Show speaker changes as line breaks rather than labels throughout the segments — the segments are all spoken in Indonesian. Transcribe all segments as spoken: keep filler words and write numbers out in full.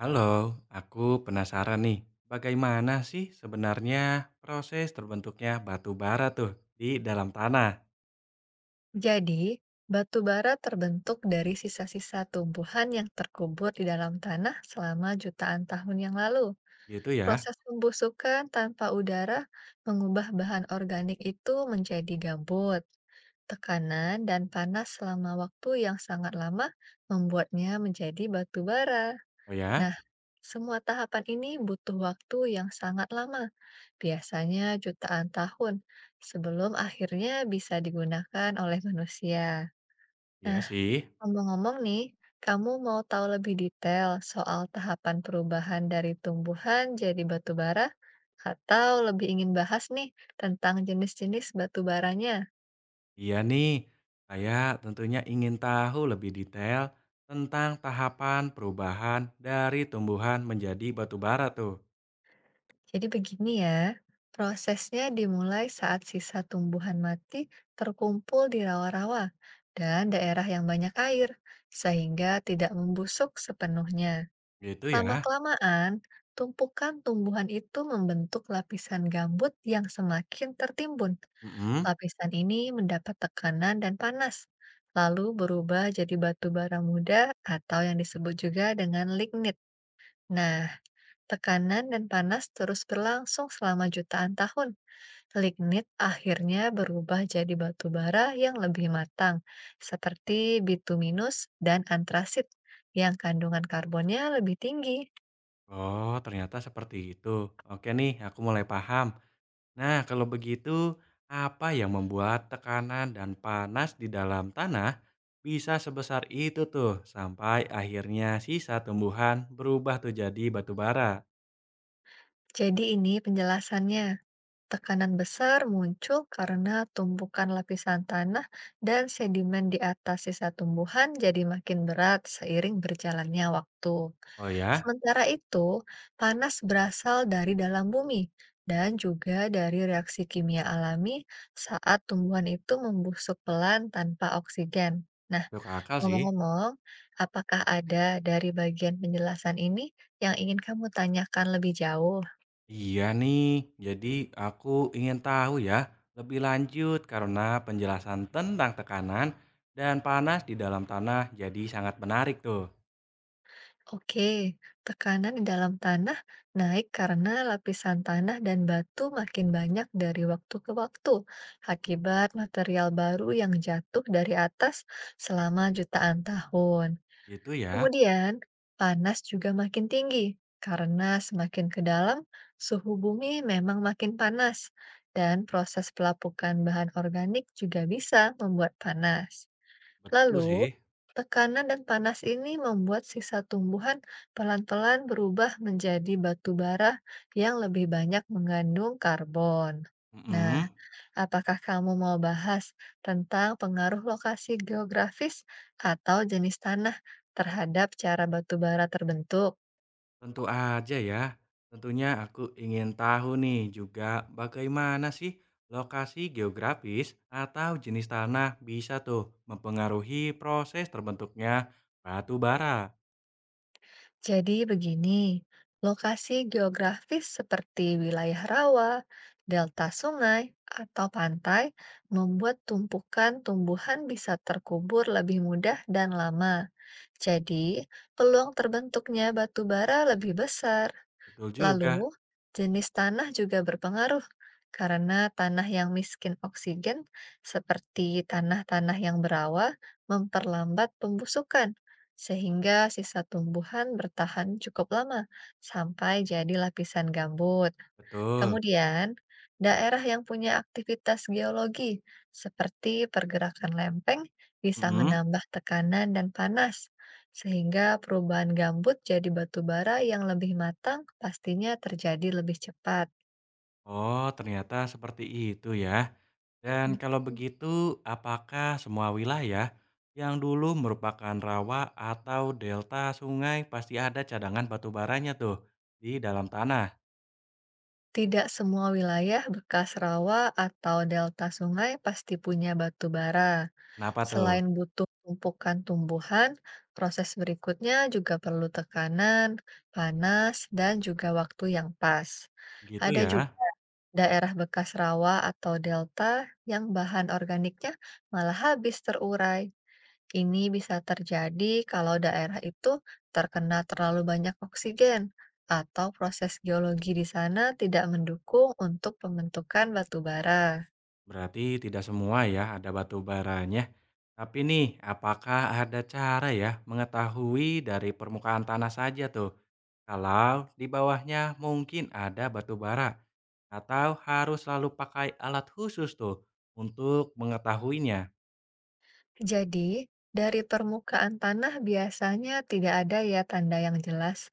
Halo, aku penasaran nih, bagaimana sih sebenarnya proses terbentuknya batu bara tuh di dalam tanah,
Jadi, batu bara terbentuk dari sisa-sisa tumbuhan yang terkubur di dalam tanah selama jutaan tahun yang lalu.
gitu ya?
Proses pembusukan tanpa udara mengubah bahan organik itu menjadi gambut. Tekanan dan panas selama waktu yang sangat lama membuatnya menjadi batu bara.
Oh ya?
Nah, semua tahapan ini butuh waktu yang sangat lama, biasanya jutaan tahun, sebelum akhirnya bisa digunakan oleh manusia.
Iya
Nah,
sih.
ngomong-ngomong nih, kamu mau tahu lebih detail soal tahapan perubahan dari tumbuhan jadi batu bara? Atau lebih ingin bahas nih tentang jenis-jenis batu baranya?
Iya nih, saya tentunya ingin tahu lebih detail tentang tahapan perubahan dari tumbuhan menjadi batu bara tuh,
Jadi begini ya, prosesnya dimulai saat sisa tumbuhan mati terkumpul di rawa-rawa dan daerah yang banyak air, sehingga tidak membusuk sepenuhnya.
gitu ya?
Lama-kelamaan, tumpukan tumbuhan itu membentuk lapisan gambut yang semakin tertimbun.
Mm-mm.
Lapisan ini mendapat tekanan dan panas, lalu berubah jadi batu bara muda atau yang disebut juga dengan lignit. Nah, tekanan dan panas terus berlangsung selama jutaan tahun. Lignit akhirnya berubah jadi batu bara yang lebih matang, seperti bituminus dan antrasit, yang kandungan karbonnya lebih tinggi.
Oh, ternyata seperti itu. Oke nih, aku mulai paham. Nah, kalau begitu, apa yang membuat tekanan dan panas di dalam tanah bisa sebesar itu tuh sampai akhirnya sisa tumbuhan berubah tuh jadi batu bara?
Jadi ini penjelasannya. Tekanan besar muncul karena tumpukan lapisan tanah dan sedimen di atas sisa tumbuhan jadi makin berat seiring berjalannya waktu.
Oh ya,
Sementara itu, panas berasal dari dalam bumi dan juga dari reaksi kimia alami saat tumbuhan itu membusuk pelan tanpa oksigen. Nah,
masuk akal sih.
ngomong-ngomong, apakah ada dari bagian penjelasan ini yang ingin kamu tanyakan lebih jauh?
Iya nih, jadi aku ingin tahu ya lebih lanjut karena penjelasan tentang tekanan dan panas di dalam tanah jadi sangat menarik tuh.
Oke, tekanan di dalam tanah naik karena lapisan tanah dan batu makin banyak dari waktu ke waktu akibat material baru yang jatuh dari atas selama jutaan tahun.
Itu ya,
Kemudian, panas juga makin tinggi karena semakin ke dalam, suhu bumi memang makin panas dan proses pelapukan bahan organik juga bisa membuat panas.
betul
Lalu,
sih.
tekanan dan panas ini membuat sisa tumbuhan pelan-pelan berubah menjadi batu bara yang lebih banyak mengandung karbon. Nah,
Mm.
apakah kamu mau bahas tentang pengaruh lokasi geografis atau jenis tanah terhadap cara batu bara terbentuk?
Tentu aja ya. Tentunya aku ingin tahu nih juga bagaimana sih lokasi geografis atau jenis tanah bisa tuh mempengaruhi proses terbentuknya batu bara.
Jadi begini, lokasi geografis seperti wilayah rawa, delta sungai, atau pantai membuat tumpukan tumbuhan bisa terkubur lebih mudah dan lama. Jadi, peluang terbentuknya batu bara lebih besar.
Betul juga.
Lalu, jenis tanah juga berpengaruh karena tanah yang miskin oksigen seperti tanah-tanah yang berawa memperlambat pembusukan sehingga sisa tumbuhan bertahan cukup lama sampai jadi lapisan gambut.
Betul.
Kemudian, daerah yang punya aktivitas geologi seperti pergerakan lempeng bisa
Mm-mm.
menambah tekanan dan panas, sehingga perubahan gambut jadi batu bara yang lebih matang pastinya terjadi lebih cepat.
Oh, ternyata seperti itu ya. Dan kalau begitu, apakah semua wilayah yang dulu merupakan rawa atau delta sungai pasti ada cadangan batu baranya tuh di dalam tanah?
Tidak semua wilayah bekas rawa atau delta sungai pasti punya batu bara.
Kenapa tuh?
Selain butuh tumpukan tumbuhan, proses berikutnya juga perlu tekanan, panas, dan juga waktu yang pas.
Gitu
Ada
ya,
juga daerah bekas rawa atau delta yang bahan organiknya malah habis terurai. Ini bisa terjadi kalau daerah itu terkena terlalu banyak oksigen atau proses geologi di sana tidak mendukung untuk pembentukan batu bara.
berarti tidak semua ya ada batu baranya. Tapi nih, apakah ada cara ya mengetahui dari permukaan tanah saja tuh, kalau di bawahnya mungkin ada batu bara? Atau harus selalu pakai alat khusus tuh untuk mengetahuinya?
Jadi, dari permukaan tanah biasanya tidak ada ya tanda yang jelas.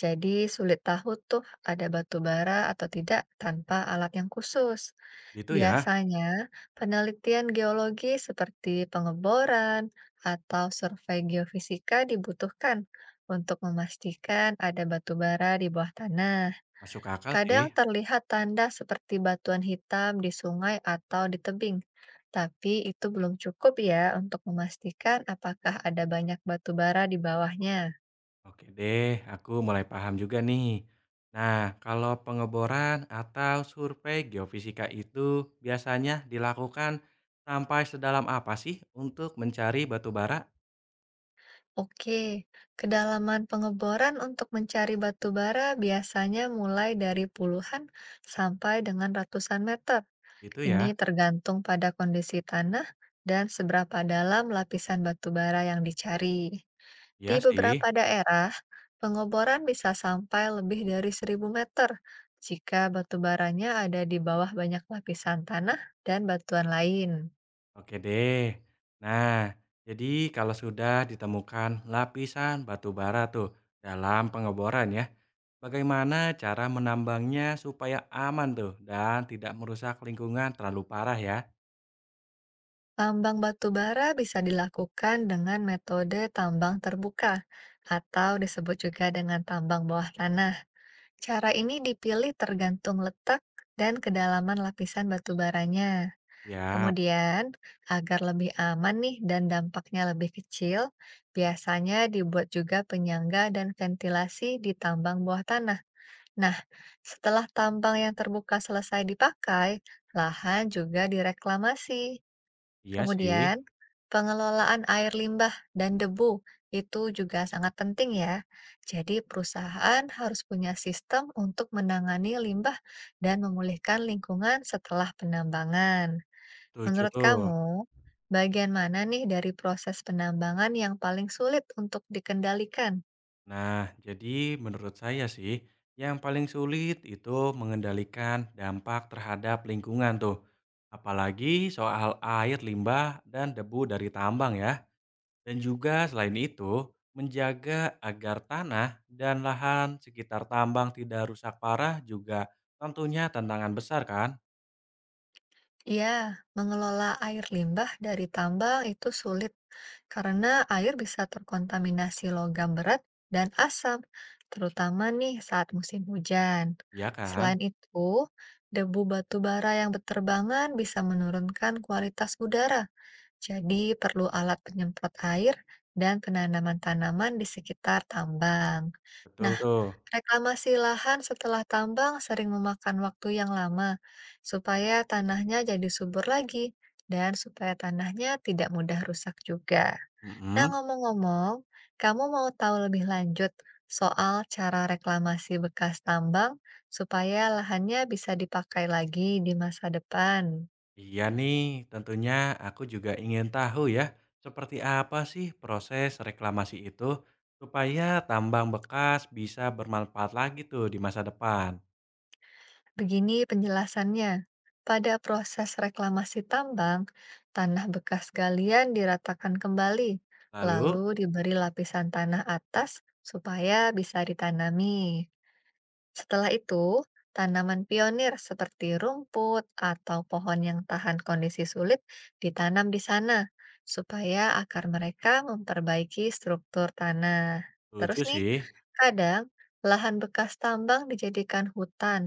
Jadi, sulit tahu tuh ada batu bara atau tidak tanpa alat yang khusus.
Gitu ya,
Biasanya, penelitian geologi seperti pengeboran atau survei geofisika dibutuhkan untuk memastikan ada batu bara di bawah tanah.
masuk akal sih.
Kadang terlihat tanda seperti batuan hitam di sungai atau di tebing, tapi itu belum cukup ya untuk memastikan apakah ada banyak batu bara di bawahnya.
Oke deh, aku mulai paham juga nih. Nah, kalau pengeboran atau survei geofisika itu biasanya dilakukan sampai sedalam apa sih untuk mencari batu bara?
Oke, kedalaman pengeboran untuk mencari batu bara biasanya mulai dari puluhan sampai dengan ratusan meter.
Gitu ya?
Ini tergantung pada kondisi tanah dan seberapa dalam lapisan batu bara yang dicari.
Iya
Di
sih.
beberapa daerah, pengoboran bisa sampai lebih dari seribu meter jika batu baranya ada di bawah banyak lapisan tanah dan batuan lain.
Oke deh. Nah, jadi kalau sudah ditemukan lapisan batu bara tuh dalam pengeboran ya, bagaimana cara menambangnya supaya aman tuh dan tidak merusak lingkungan terlalu parah ya?
Tambang batu bara bisa dilakukan dengan metode tambang terbuka atau disebut juga dengan tambang bawah tanah. Cara ini dipilih tergantung letak dan kedalaman lapisan batu baranya.
Ya,
Kemudian, agar lebih aman nih dan dampaknya lebih kecil, biasanya dibuat juga penyangga dan ventilasi di tambang bawah tanah. Nah, setelah tambang yang terbuka selesai dipakai, lahan juga direklamasi.
iya sih.
Kemudian, pengelolaan air limbah dan debu itu juga sangat penting ya. Jadi, perusahaan harus punya sistem untuk menangani limbah dan memulihkan lingkungan setelah penambangan.
Setuju
Menurut
tuh.
kamu, bagian mana nih dari proses penambangan yang paling sulit untuk dikendalikan?
Nah, jadi menurut saya sih, yang paling sulit itu mengendalikan dampak terhadap lingkungan tuh. Apalagi soal air limbah dan debu dari tambang ya. Dan juga selain itu, menjaga agar tanah dan lahan sekitar tambang tidak rusak parah juga tentunya tantangan besar kan?
Ya, mengelola air limbah dari tambang itu sulit karena air bisa terkontaminasi logam berat dan asam, terutama nih saat musim hujan.
Iya kan?
Selain itu, debu batu bara yang berterbangan bisa menurunkan kualitas udara. Jadi perlu alat penyemprot air dan penanaman tanaman di sekitar tambang.
Betul
Nah,
tuh.
reklamasi lahan setelah tambang sering memakan waktu yang lama supaya tanahnya jadi subur lagi dan supaya tanahnya tidak mudah rusak juga. Nah,
Mhm.
ngomong-ngomong, kamu mau tahu lebih lanjut soal cara reklamasi bekas tambang supaya lahannya bisa dipakai lagi di masa depan?
Iya nih, tentunya aku juga ingin tahu ya, seperti apa sih proses reklamasi itu supaya tambang bekas bisa bermanfaat lagi tuh di masa depan.
Begini penjelasannya. Pada proses reklamasi tambang, tanah bekas galian diratakan kembali,
Lalu,
lalu diberi lapisan tanah atas supaya bisa ditanami. Setelah itu, tanaman pionir seperti rumput atau pohon yang tahan kondisi sulit ditanam di sana, supaya akar mereka memperbaiki struktur tanah.
setuju
Terus nih,
sih.
kadang lahan bekas tambang dijadikan hutan,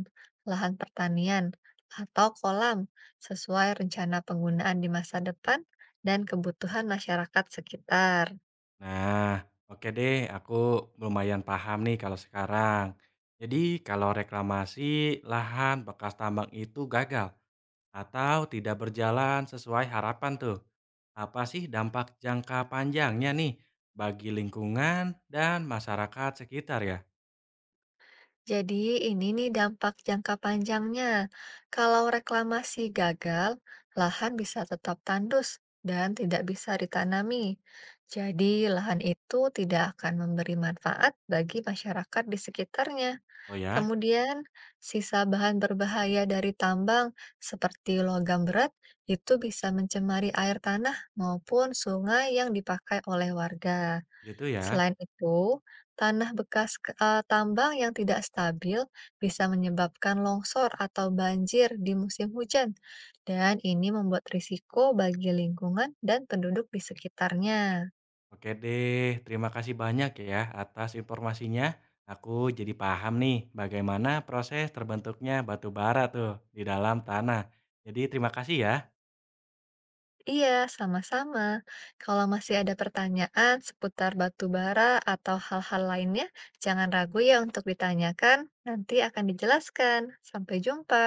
lahan pertanian, atau kolam sesuai rencana penggunaan di masa depan dan kebutuhan masyarakat sekitar.
Nah, oke deh, aku lumayan paham nih kalau sekarang. Jadi, kalau reklamasi lahan bekas tambang itu gagal, atau tidak berjalan sesuai harapan tuh. Apa sih dampak jangka panjangnya nih bagi lingkungan dan masyarakat sekitar ya?
Jadi ini nih dampak jangka panjangnya. Kalau reklamasi gagal, lahan bisa tetap tandus dan tidak bisa ditanami. Jadi lahan itu tidak akan memberi manfaat bagi masyarakat di sekitarnya.
Oh ya,
Kemudian, sisa bahan berbahaya dari tambang seperti logam berat itu bisa mencemari air tanah maupun sungai yang dipakai oleh warga.
gitu ya.
Selain itu, tanah bekas ke- eh, tambang yang tidak stabil bisa menyebabkan longsor atau banjir di musim hujan, dan ini membuat risiko bagi lingkungan dan penduduk di sekitarnya.
Oke deh, terima kasih banyak ya atas informasinya. Aku jadi paham nih bagaimana proses terbentuknya batu bara tuh di dalam tanah. Jadi terima kasih ya.
Iya, sama-sama. Kalau masih ada pertanyaan seputar batu bara atau hal-hal lainnya, jangan ragu ya untuk ditanyakan. Nanti akan dijelaskan. Sampai jumpa.